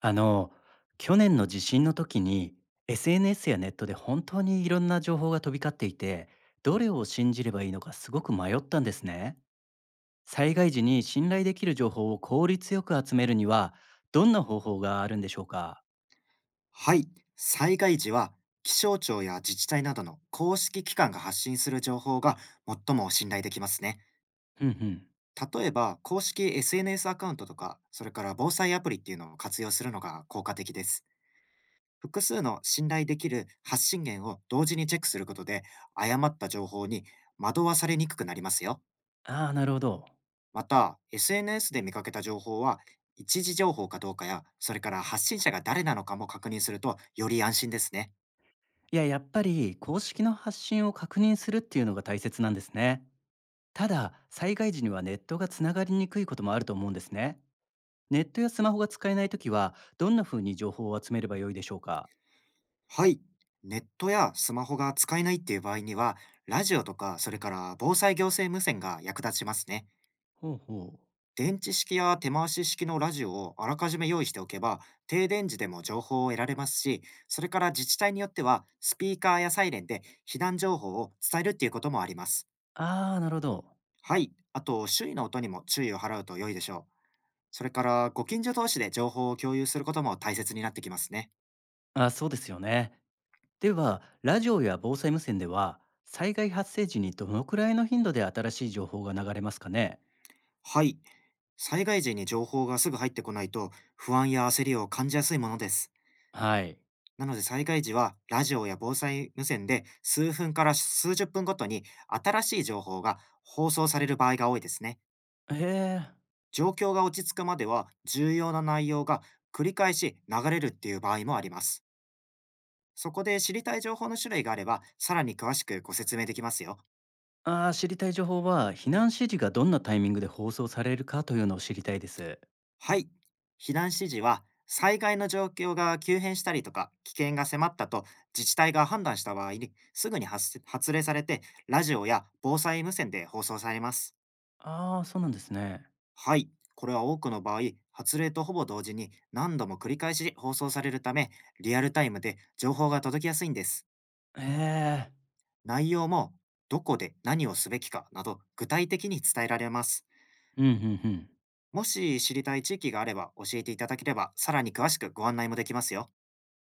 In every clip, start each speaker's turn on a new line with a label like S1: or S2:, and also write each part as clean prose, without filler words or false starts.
S1: あの、去年の地震の時に SNS やネットで本当にいろんな情報が飛び交っていて、どれを信じればいいのかすごく迷ったんですね。災害時に信頼できる情報を効率よく集めるには、どんな方法があるんでしょうか？
S2: はい、災害時は気象庁や自治体などの公式機関が発信する情報が最も信頼できますね。
S1: うんうん。
S2: 例えば、公式 SNS アカウントとか、それから防災アプリっていうのを活用するのが効果的です。複数の信頼できる発信源を同時にチェックすることで、誤った情報に惑わされにくくなりますよ。
S1: ああ、なるほど。
S2: また、SNS で見かけた情報は、一時情報かどうかや、それから発信者が誰なのかも確認するとより安心ですね。
S1: いや、やっぱり公式の発信を確認するっていうのが大切なんですね。ただ、災害時にはネットがつながりにくいこともあると思うんですね。ネットやスマホが使えないときは、どんな風に情報を集めればよいでしょうか？
S2: はい。ネットやスマホが使えないっていう場合には、ラジオとか、それから防災行政無線が役立ちますね。
S1: ほうほう。
S2: 電池式や手回し式のラジオをあらかじめ用意しておけば、停電時でも情報を得られますし、それから自治体によっては、スピーカーやサイレンで避難情報を伝えるっていうこともあります。
S1: ああ、なるほど。
S2: はい。あと、周囲の音にも注意を払うと良いでしょう。それから、ご近所同士で情報を共有することも大切になってきますね。
S1: あ、そうですよね。では、ラジオや防災無線では、災害発生時にどのくらいの頻度で新しい情報が流れますかね？
S2: はい。災害時に情報がすぐ入ってこないと不安や焦りを感じやすいものです。
S1: はい。
S2: なので災害時はラジオや防災無線で数分から数十分ごとに新しい情報が放送される場合が多いですね。
S1: へえ。
S2: 状況が落ち着くまでは重要な内容が繰り返し流れるっていう場合もあります。そこで知りたい情報の種類があればさらに詳しくご説明できますよ。
S1: ああ、知りたい情報は、避難指示がどんなタイミングで放送されるかというのを知りたいです。
S2: はい。避難指示は、災害の状況が急変したりとか、危険が迫ったと自治体が判断した場合に、すぐに発せ発令されて、ラジオや防災無線で放送されます。
S1: ああ、そうなんですね。
S2: はい。これは多くの場合、発令とほぼ同時に何度も繰り返し放送されるため、リアルタイムで情報が届きやすいんです。
S1: へえ。
S2: 内容も、どこで何をすべきかなど、具体的に伝えられます。
S1: うんうんうん。
S2: もし知りたい地域があれば教えていただければ、さらに詳しくご案内もできますよ。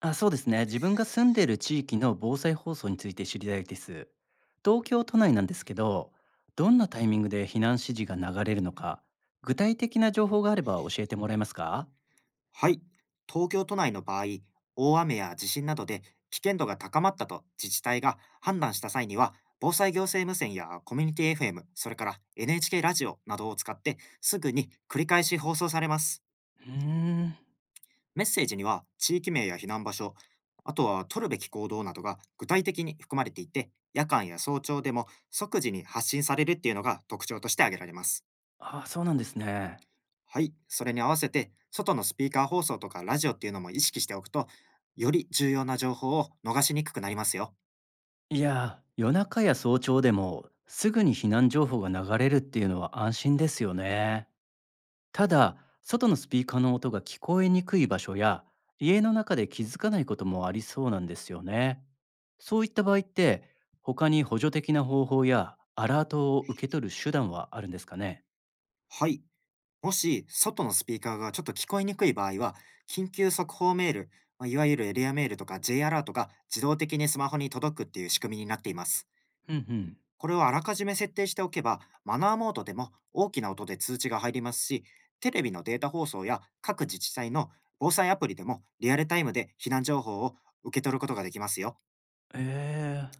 S1: あ、そうですね。自分が住んでいる地域の防災放送について知りたいです。東京都内なんですけど、どんなタイミングで避難指示が流れるのか、具体的な情報があれば教えてもらえますか？
S2: はい。東京都内の場合、大雨や地震などで危険度が高まったと自治体が判断した際には、防災行政無線やコミュニティ FM、それから NHK ラジオなどを使ってすぐに繰り返し放送されます。
S1: うーん、
S2: メッセージには地域名や避難場所、あとは取るべき行動などが具体的に含まれていて、夜間や早朝でも即時に発信されるっていうのが特徴として挙げられます。
S1: あ、そうなんですね。
S2: はい、それに合わせて、外のスピーカー放送とかラジオっていうのも意識しておくと、より重要な情報を逃しにくくなりますよ。
S1: いや、夜中や早朝でもすぐに避難情報が流れるっていうのは安心ですよね。ただ、外のスピーカーの音が聞こえにくい場所や、家の中で気づかないこともありそうなんですよね。そういった場合って、他に補助的な方法やアラートを受け取る手段はあるんですかね？
S2: はい。もし、外のスピーカーがちょっと聞こえにくい場合は、緊急速報メール、まあいわゆるエリアメールとか J アラートが自動的にスマホに届くっていう仕組みになっています。
S1: うんうん。
S2: これをあらかじめ設定しておけば、マナーモードでも大きな音で通知が入りますし、テレビのデータ放送や各自治体の防災アプリでもリアルタイムで避難情報を受け取ることができますよ。
S1: えー、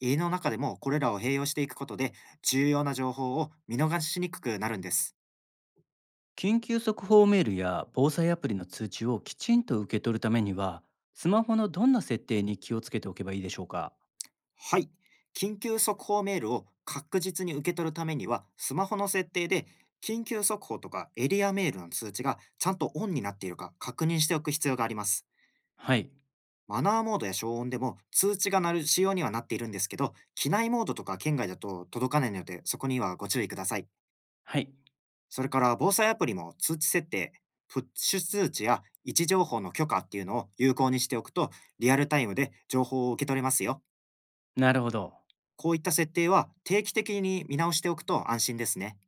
S2: 家の中でもこれらを併用していくことで、重要な情報を見逃しにくくなるんです。
S1: 緊急速報メールや防災アプリの通知をきちんと受け取るためには、スマホのどんな設定に気をつけておけばいいでしょうか？
S2: はい。緊急速報メールを確実に受け取るためには、スマホの設定で、緊急速報とかエリアメールの通知がちゃんとオンになっているか確認しておく必要があります。
S1: はい。
S2: マナーモードや消音でも通知が鳴る仕様にはなっているんですけど、機内モードとか圏外だと届かないので、そこにはご注意ください。
S1: はい。
S2: それから防災アプリも通知設定、プッシュ通知や位置情報の許可っていうのを有効にしておくと、リアルタイムで情報を受け取れますよ。
S1: なるほど。
S2: こういった設定は定期的に見直しておくと安心ですね。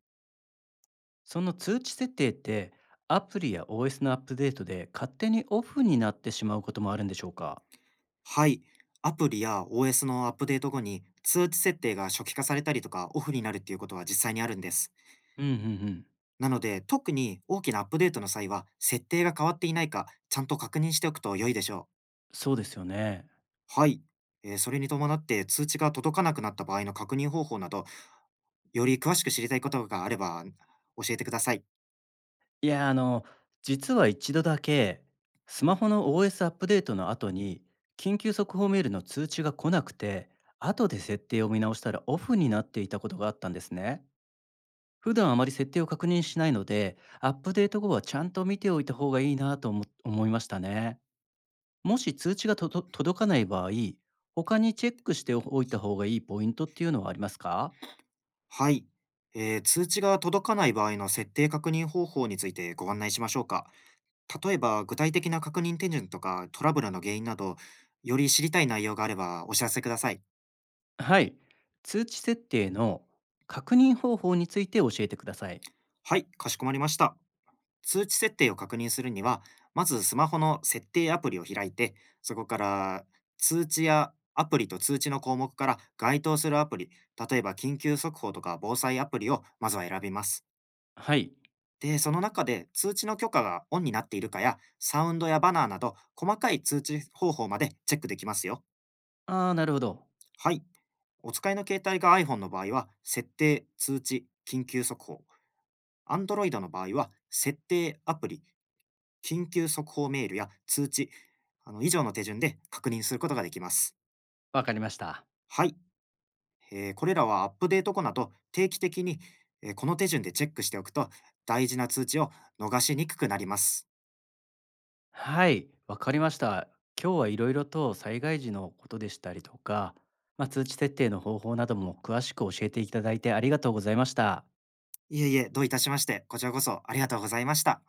S1: その通知設定ってアプリや OS のアップデートで勝手にオフになってしまうこともあるんでしょうか？
S2: はい。アプリや OS のアップデート後に通知設定が初期化されたりとかオフになるっていうことは実際にあるんです。
S1: うんうんうん。
S2: なので、特に大きなアップデートの際は、設定が変わっていないか、ちゃんと確認しておくと良いでしょ
S1: そうですよね。
S2: う。はい。それに伴って通知が届かなくなった場合の確認方法など、より詳しく知りたいことがあれば、教えてください。
S1: いや実は一度だけスマホの OS アップデートの後に緊急速報メールの通知が来なくて、後で設定を見直したらオフになっていたことがあったんですね。普段あまり設定を確認しないので、アップデート後はちゃんと見ておいた方がいいなと思いましたね。もし通知が届かない場合、他にチェックしておいた方がいいポイントっていうのはありますか？
S2: はい。通知が届かない場合の設定確認方法についてご案内しましょうか。例えば、具体的な確認手順とかトラブルの原因など、より知りたい内容があればお知らせください。
S1: はい。通知設定の確認方法について教えてください。
S2: はい、かしこまりました。通知設定を確認するには、まずスマホの設定アプリを開いて、そこから通知やアプリと通知の項目から該当するアプリ、例えば緊急速報とか防災アプリをまずは選びます。
S1: はい。
S2: で、その中で通知の許可がオンになっているかや、サウンドやバナーなど、細かい通知方法までチェックできますよ。
S1: ああ、なるほど。
S2: はい。お使いの携帯が iPhone の場合は、設定、通知、緊急速報。Android の場合は、設定、アプリ、緊急速報メールや通知、以上の手順で確認することができます。
S1: わかりました。
S2: はい。これらはアップデート後など、定期的に、この手順でチェックしておくと、大事な通知を逃しにくくなります。
S1: はい。わかりました。今日はいろいろと災害時のことでしたりとか、まあ、通知設定の方法なども詳しく教えていただいてありがとうございました。
S2: いえいえ、どういたしまして、こちらこそありがとうございました。